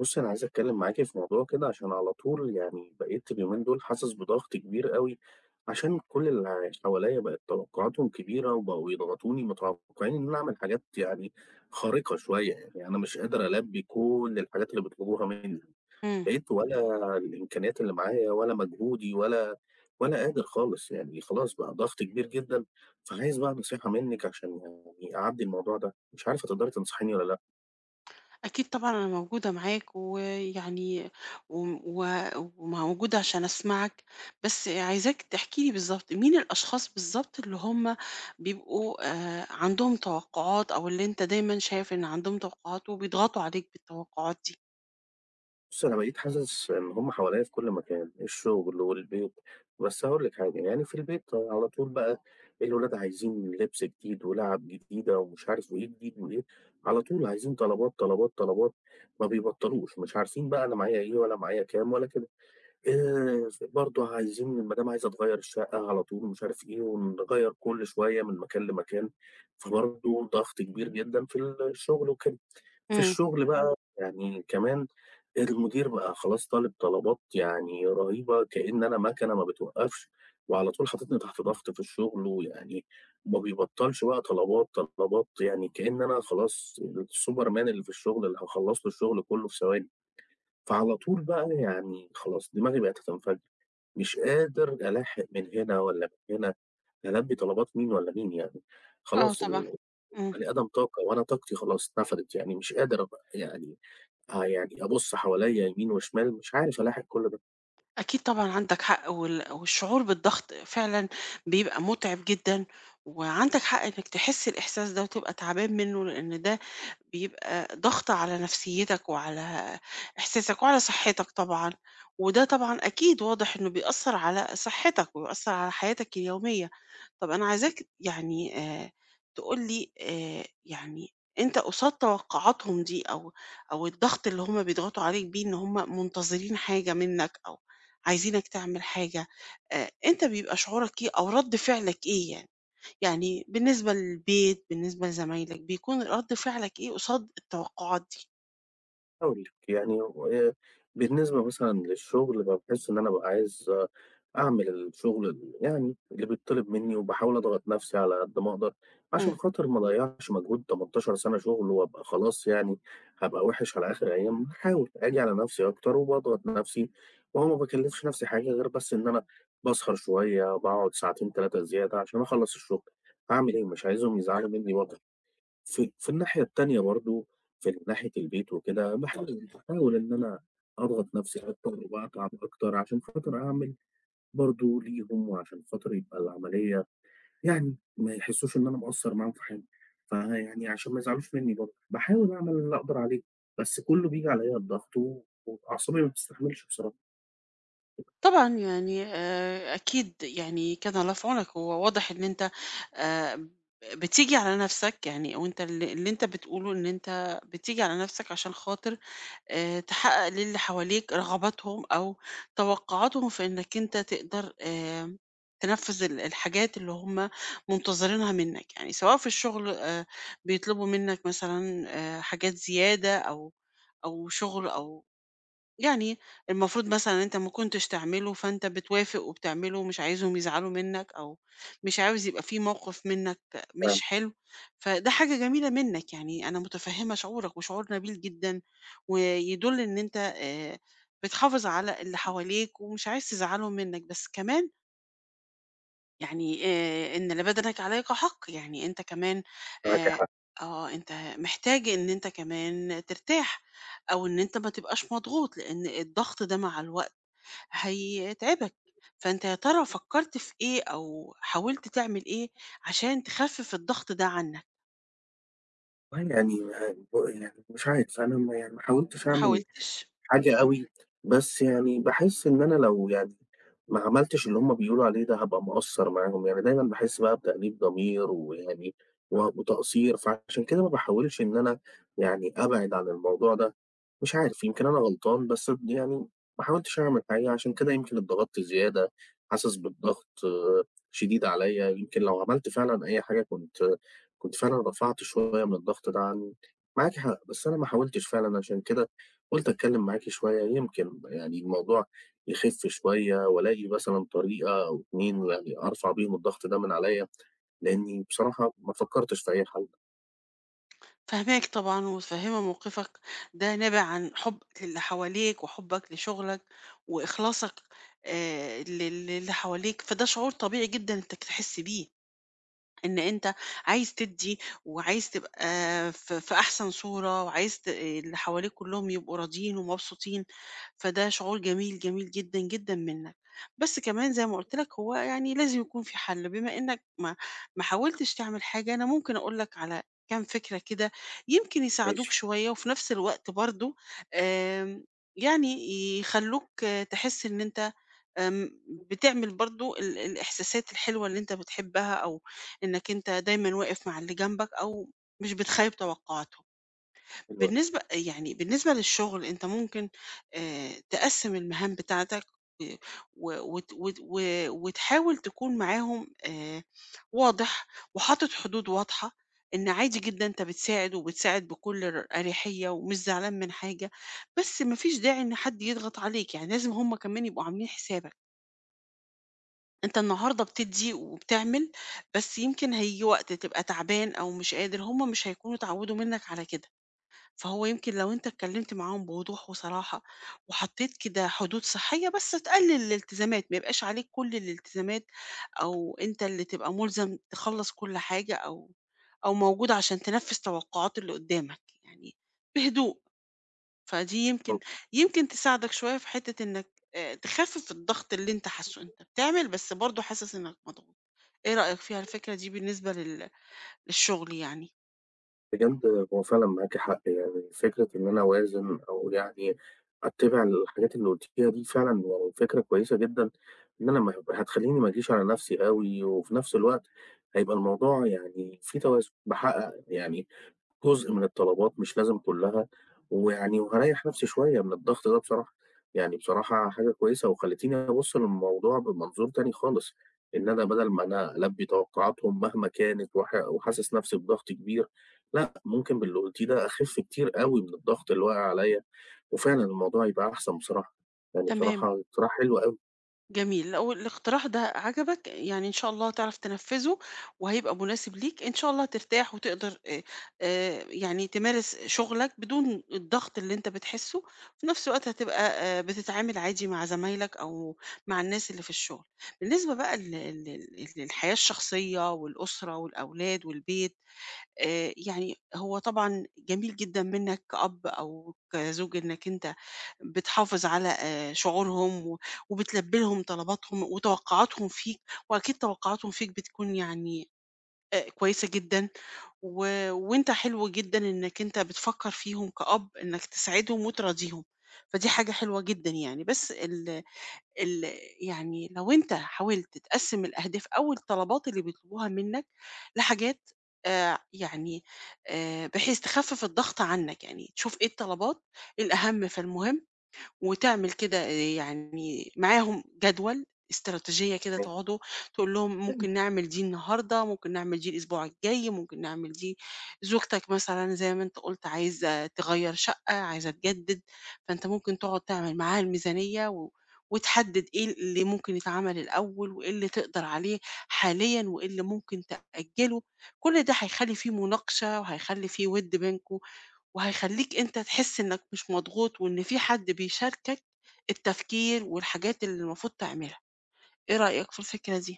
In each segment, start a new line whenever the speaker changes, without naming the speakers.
بُصّي، أنا عايز أتكلّم معاكِ في موضوع كده عشان على طول يعني بقيت اليومين دول حاسس بضغط كبير أوي، عشان كل اللي حواليّا بقت توقعاتهم كبيرة وبقوا يضغطوني، متوقعين إن أنا أعمل حاجات يعني خارقة شوية يعني، أنا مش قادر ألبّي كل الحاجات اللي بيطلبوها منّي،
إمم،
بقيت ولا الإمكانيات اللي معايا ولا مجهودي ولا قادر خالص يعني، خلاص بقى ضغط كبير جدًا، فعايز بقى نصيحة منِّك عشان يعني أعدّي الموضوع ده، مش عارف هتقدري تنصحيني والّا لأ؟
أكيد طبعًا أنا موجودة معاك، ويعني وم و وموجودة عشان أسمعك، بس عايزاك تحكي لي بالضبط مين الأشخاص بالضبط اللي هم بيبقوا عندهم توقعات، أو اللي أنت دايمًا شايف إن عندهم توقعات وبيضغطوا عليك بالتوقعات دي؟
بُص، أنا بقيت حاسس إن هُم حواليّا في كل مكان، الشغل والبيت، بس هاقول لِك حاجة، يعني في البيت على طول بقى الولاد عايزين لبس جديد ولعب جديدة ومش عارف وإيه جديد وإيه، على طول عايزين طلبات، طلبات، طلبات، ما بيبطّلوش، مش عارفين بقى أنا معايا إيه ولا معايا كام ولا كده. ف برضه عايزين المدام عايزة تغيّر الشقة على طول ومش عارف إيه، ونغيّر كل شوية من مكان لمكان، فبرضه ضغط كبير جدًا في الشغل وكده. في
إمم،
الشغل بقى يعني كمان المدير بقى خلاص طالب طلبات يعني رهيبة كإن أنا مكنة ما بتوقّفش، وعلى طول حاططني تحت ضغط في الشغل، ويعني ما بيبطّلش بقى طلبات، طلبات، يعني كإن أنا خلاص السوبر مان اللي في الشغل اللي هاخلّص له الشغل كُلّه في ثواني. فعلى طول بقى يعني خلاص دماغي بقت هتنفجر، مش قادر ألاحق من هنا والّا من هنا، ألبّي طلبات مين والّا مين يعني،
آه
خلاص
طبعًا،
البني
إمم.
آدم طاقة وأنا طاقتي خلاص نفدت، يعني مش قادر أبقى يعني أبُص حواليّا يمين وشمال، مش عارف ألاحق كل
أكيد طبعًا عندك حق، والشعور بالضغط فعلًا بيبقى مُتعب جدًا، وعندك حق إنك تحس الإحساس ده وتبقى تعبان منه، لإن ده بيبقى ضغط على نفسيتك وعلى إحساسك وعلى صحتك طبعًا، وده طبعًا أكيد واضح إنه بيأثّر على صحتك وبيأثّر على حياتك اليومية. طَب أنا عايزاك يعني تقول لي يعني أنت قصاد توقعاتهم دي أو الضغط اللي هم بيضغطوا عليك بيه إن هم منتظرين حاجة منّك أو عايزينك تعمل حاجة، أنت بيبقى شعورك إيه أو رَد فعلك إيه يعني؟ يعني بالنسبة للبيت، بالنسبة لزمايلك، بيكون رَد فعلك إيه قصاد التوقعات دي؟
هاقول لِك، يعني آآ بالنسبة مثلًا للشغل باحس إن أنا بابقى عايز أعمل الشغل ال يعني اللي بيتطلب منّي وباحاول أضغط نَفْسي على قد ما أقدر، عشان
إمم،
خاطر ما أضيّعش مجهود 18 سَنة شغل وأبقى خلاص يعني هابقى وِحِش على آخر أيام، باحاول آجي على نَفْسي أكتر وباضغط نَفْسي، وهو ما باكلّفش نَفْسي حاجة غير بس إن أنا باسهر شوية، باقعد ساعتين 3 زيادة عشان أخلّص الشغل، هاعمل إيه؟ مش عايزهم يزعلوا منّي برضه. في الناحية التانية برضه، في ناحية البيت وكده، باحاول باحاول إن أنا أضغط نَفْسي أكتر وأتعب أكتر عشان خاطر أعمل برضه ليهم وعشان خاطر يبقى العملية يعني ما يحسّوش إن أنا مقصّر معاهم في حاجة، فيعني عشان ما يزعلوش منّي برضه، باحاول أعمل اللي أقدر عليه، بس كُلّه بييجي عليّا الضغط و وأعصابي ما بتستحملش بصراحة.
طبعًا يعني أكيد يعني كان الله في عونك، هو واضح إن أنت ب بتيجي على نَفْسك يعني وأنت ال اللي أنت بتقوله إن أنت بتيجي على نَفْسك عشان خاطر تحقق للي حواليك رغباتهم أو توقعاتهم في إنك أنت تقدر تنفّذ الحاجات اللي هم منتظرينها منّك، يعني سواء في الشغل بيطلبوا منّك مثلًا حاجات زيادة أو أو شغل أو يعني المفروض مثلًا أنت ما كنتش تعمله، فأنت بتوافق وبتعمله ومش عايزهم يزعلوا منّك، أو مش عاوز يبقى في موقف منّك مش
فعلًا،
حلو، فده حاجة جميلة منّك، يعني أنا متفهّمة شعورك وشعور نبيل جدًا، ويدُل إن أنت بتحافظ على اللي حواليك ومش عايز تزعّلهم منّك، بس كمان يعني إن لبدنك عليك حق، يعني أنت كمان
معاك
آآ
حق.
آه، أنت محتاج إن أنت كمان ترتاح، أو إن أنت ما تبقاش مضغوط، لإن الضغط ده مع الوقت هيتعبك، فأنت يا ترى فكّرت في إيه أو حاولت تعمل إيه عشان تخفِّف الضغط ده عنك؟
آه، يعني ب يعني مش عارف أنا ما حاولتش
ما
أعمل
حاولتش؟
حاجة أوي، بس يعني باحس إن أنا لو يعني ما عملتش اللي هُم بيقولوا عليه ده هابقى مقصّر معاهم، يعني دايمًا باحس بقى بتأنيب ضمير ويعني و وتقصير، فعشان كده ما باحاولش إن أنا يعني أبعد عن الموضوع ده، مش عارف يمكن أنا غلطان بس ب يعني ما حاولتش أعمل حاجة عشان كده يمكن اتضغطت زيادة، حاسس بالضغط شديد عليَّ، يمكن لو عملت فعلًا أي حاجة كنت فعلًا رفعت شوية من الضغط ده عني، معاكِ حق، بس أنا ما حاولتش فعلًا عشان كده قُلت أتكلّم معاكِ شوية يمكن يعني الموضوع يخِف شوية وألاقي مثلًا طريقة أو 2 يعني أرفع بيهم الضغط ده من عليّا، لإنّي بصراحة ما فكّرتش في أي حل.
فاهماك طبعًا ومتفهمة موقفك، ده نابع عن حبك للي حواليك وحبك لشغلك وإخلاصك لل للي حواليك، فده شعور طبيعي جدًا إنك تحس بيه. إن أنت عايز تدّي، وعايز تبقى في أحسن صورة، وعايز ت اللي حواليك كلّهم يبقوا راضيين ومبسوطين، فده شعور جميل، جميل جدًا، جدًا منّك. بس كمان زي ما قُلت لك هو يعني لازم يكون في حل، بما إنّك ما حاولتش تعمل حاجة، أنا ممكن أقول لك على كام فكرة كده يمكن يساعدوك
ماشي،
شوية، وفي نفس الوقت برضه آمم، يعني يخلّوك آه، تحس إن أنت بتعمل برضه الإحساسات الحلوة اللي أنت بتحبها أو إنك أنت دايمًا واقف مع اللي جنبك أو مش بتخيب توقعاتهم.
حلو أوي.
بالنسبة يعني بالنسبة للشغل أنت ممكن تقسّم المهام بتاعتك آآ و وت وت و وتحاول تكون معاهم واضح وحاطط حدود واضحة، إن عادي جدًا أنت بتساعد وبتساعد بكل أريحية ومش زعلان من حاجة، بس ما فيش داعي إن حد يضغط عليك، يعني لازم هم كمان يبقوا عاملين حسابك. أنت النهارده بتدّي وبتعمل، بس يمكن هييجي وقت تبقى تعبان أو مش قادر، هم مش هيكونوا اتعوّدوا منّك على كده، فهو يمكن لو أنت اتكلّمت معاهم بوضوح وصراحة، وحطّيت كده حدود صحيّة بس تقلّل الالتزامات، ما يبقاش عليك كل الالتزامات، أو أنت اللي تبقى مُلزم تخلّص كل حاجة أو أو موجود عشان تنفّذ توقعات اللي قدّامك، يعني بهدوء. فدي يمكن
آه،
يمكن تساعدك شوية في حتة إنك تخفف الضغط اللي أنت حاسّه، أنت بتعمل بس برضه حاسس إنك مضغوط، إيه رأيك فيها الفكرة دي بالنسبة للشغل يعني؟
بجد هو فعلًا معاكِ حق يعني فكرة إن أنا أوازن أو يعني أتّبع الحاجات اللي قُلتيها دي فعلًا يعني فكرة كويسة جدًا، إن أنا ما هتخلّيني ما أجيش على نَفْسي أوي وفي نَفْس الوقت هيبقى الموضوع يعني في توازن، باحقق يعني جزء من الطلبات مش لازم كلّها، وهاريّح نَفْسي شوية من الضغط ده بصراحة، يعني بصراحة حاجة كويسة وخلّيتيني أبُص للموضوع بمنظور تاني خالص، إن أنا بدل ما أنا ألبّي توقعاتهم مهما كانت وحاسس نَفْسي بضغط كبير، لأ ممكن باللي قُلتيه ده أخِف كتير أوي من الضغط اللي واقع عليّا، وفعلًا الموضوع يبقى أحسن بصراحة، يعني
تمام.
بصراحة اقتراح حلو أوي
جميل، لو الاقتراح ده عجبك يعني إن شاء الله تعرف تنفّذه وهيبقى مناسب ليك، إن شاء الله ترتاح وتقدر يعني تمارس شغلك بدون الضغط اللي أنت بتحسّه، في نفس الوقت هتبقى بتتعامل عادي مع زمايلك أو مع الناس اللي في الشغل. بالنسبة بقى لل لل للحياة الشخصية والأسرة والأولاد والبيت، يعني هو طبعًا جميل جدًا منّك كأب أو كزوج إنّك أنت بتحافظ على شعورهم و وبتلبّي لهم طلباتهم وتوقعاتهم فيك، وأكيد توقعاتهم فيك بتكون يعني كويسة جدًا و وأنت حلو جدًا إنّك أنت بتفكّر فيهم كأب إنّك تسعدهم وتراضيهم، فدي حاجة حلوة جدًا يعني، بس ال ال يعني لو أنت حاولت تقسّم الأهداف أو الطلبات اللي بيطلبوها منّك لحاجات آآ يعني بحيث تخفِّف الضغط عنّك، يعني تشوف إيه الطلبات الأهم فالمهم وتعمل كده يعني معاهم جدول، استراتيجية كده
كمان.
تقعدوا تقول لهم ممكن نعمل دي النهارده، ممكن نعمل دي الأسبوع الجاي، ممكن نعمل دي زوجتك مثلًا زي ما أنت قُلت عايزة تغيّر شقة، عايزة تجدد، فأنت ممكن تقعد تعمل معاها الميزانية و وتحدد إيه اللي ممكن يتعمل الأول، وإيه اللي تقدر عليه حاليًا، وإيه اللي ممكن تأجله، كل ده هيخلّي في مناقشة وهيخلّي في وِد بينكم. وهيخلّيك أنت تحس إنك مش مضغوط، وإن في حد بيشاركك التفكير والحاجات اللي المفروض تعملها، إيه رأيك في الفكرة دي؟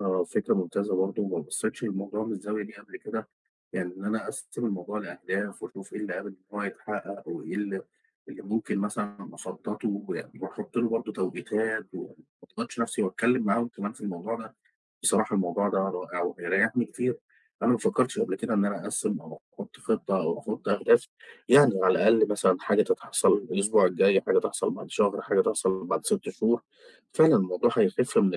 آه، فكرة ممتازة برضه، وما بصيتش للموضوع من الزاوية دي قبل كده، يعني إن أنا أقسّم الموضوع لأهداف وأشوف إيه اللي قابل إن هو يتحقق وإيه اللي ممكن مثلًا أخطّطه، وأحُط له برضه توقيتات، وما أضغطش نفسي وأتكلّم معاهم كمان في الموضوع ده. بصراحة الموضوع ده رائع وهيريحني كتير، أنا ما فكرتش قبل كده إن أنا أقسّم أو أحُط خطة أو أحُط أهداف، يعني على الأقل مثلًا حاجة تتحصل الأسبوع الجاي، حاجة تحصل بعد شهر، حاجة تحصل بعد 6 شهور، فعلًا الموضوع هيخف من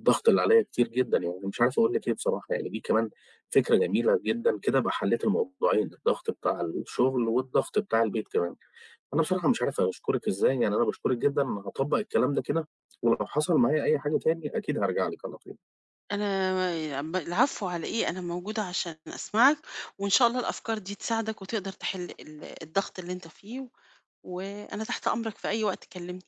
الضغط اللي عليّا كتير جدًا، يعني مش عارف أقول لِك إيه بصراحة، يعني دي كمان فكرة جميلة جدًا كده أبقى حلّيت الموضوعين، الضغط بتاع الشغل والضغط بتاع البيت كمان، أنا بصراحة مش عارف أشكرِك إزاي، يعني أنا باشكرِك جدًا، أنا هاطبّق الكلام ده كده، ولو حصل معايا أي حاجة تاني أكيد هارجع لِك على طول.
أنا العفو على إيه، أنا موجودة عشان أسمعك، وإن شاء الله الأفكار دي تساعدك وتقدر تحل الضغط اللي أنت فيه، وأنا تحت أمرك في أي وقت كلمني.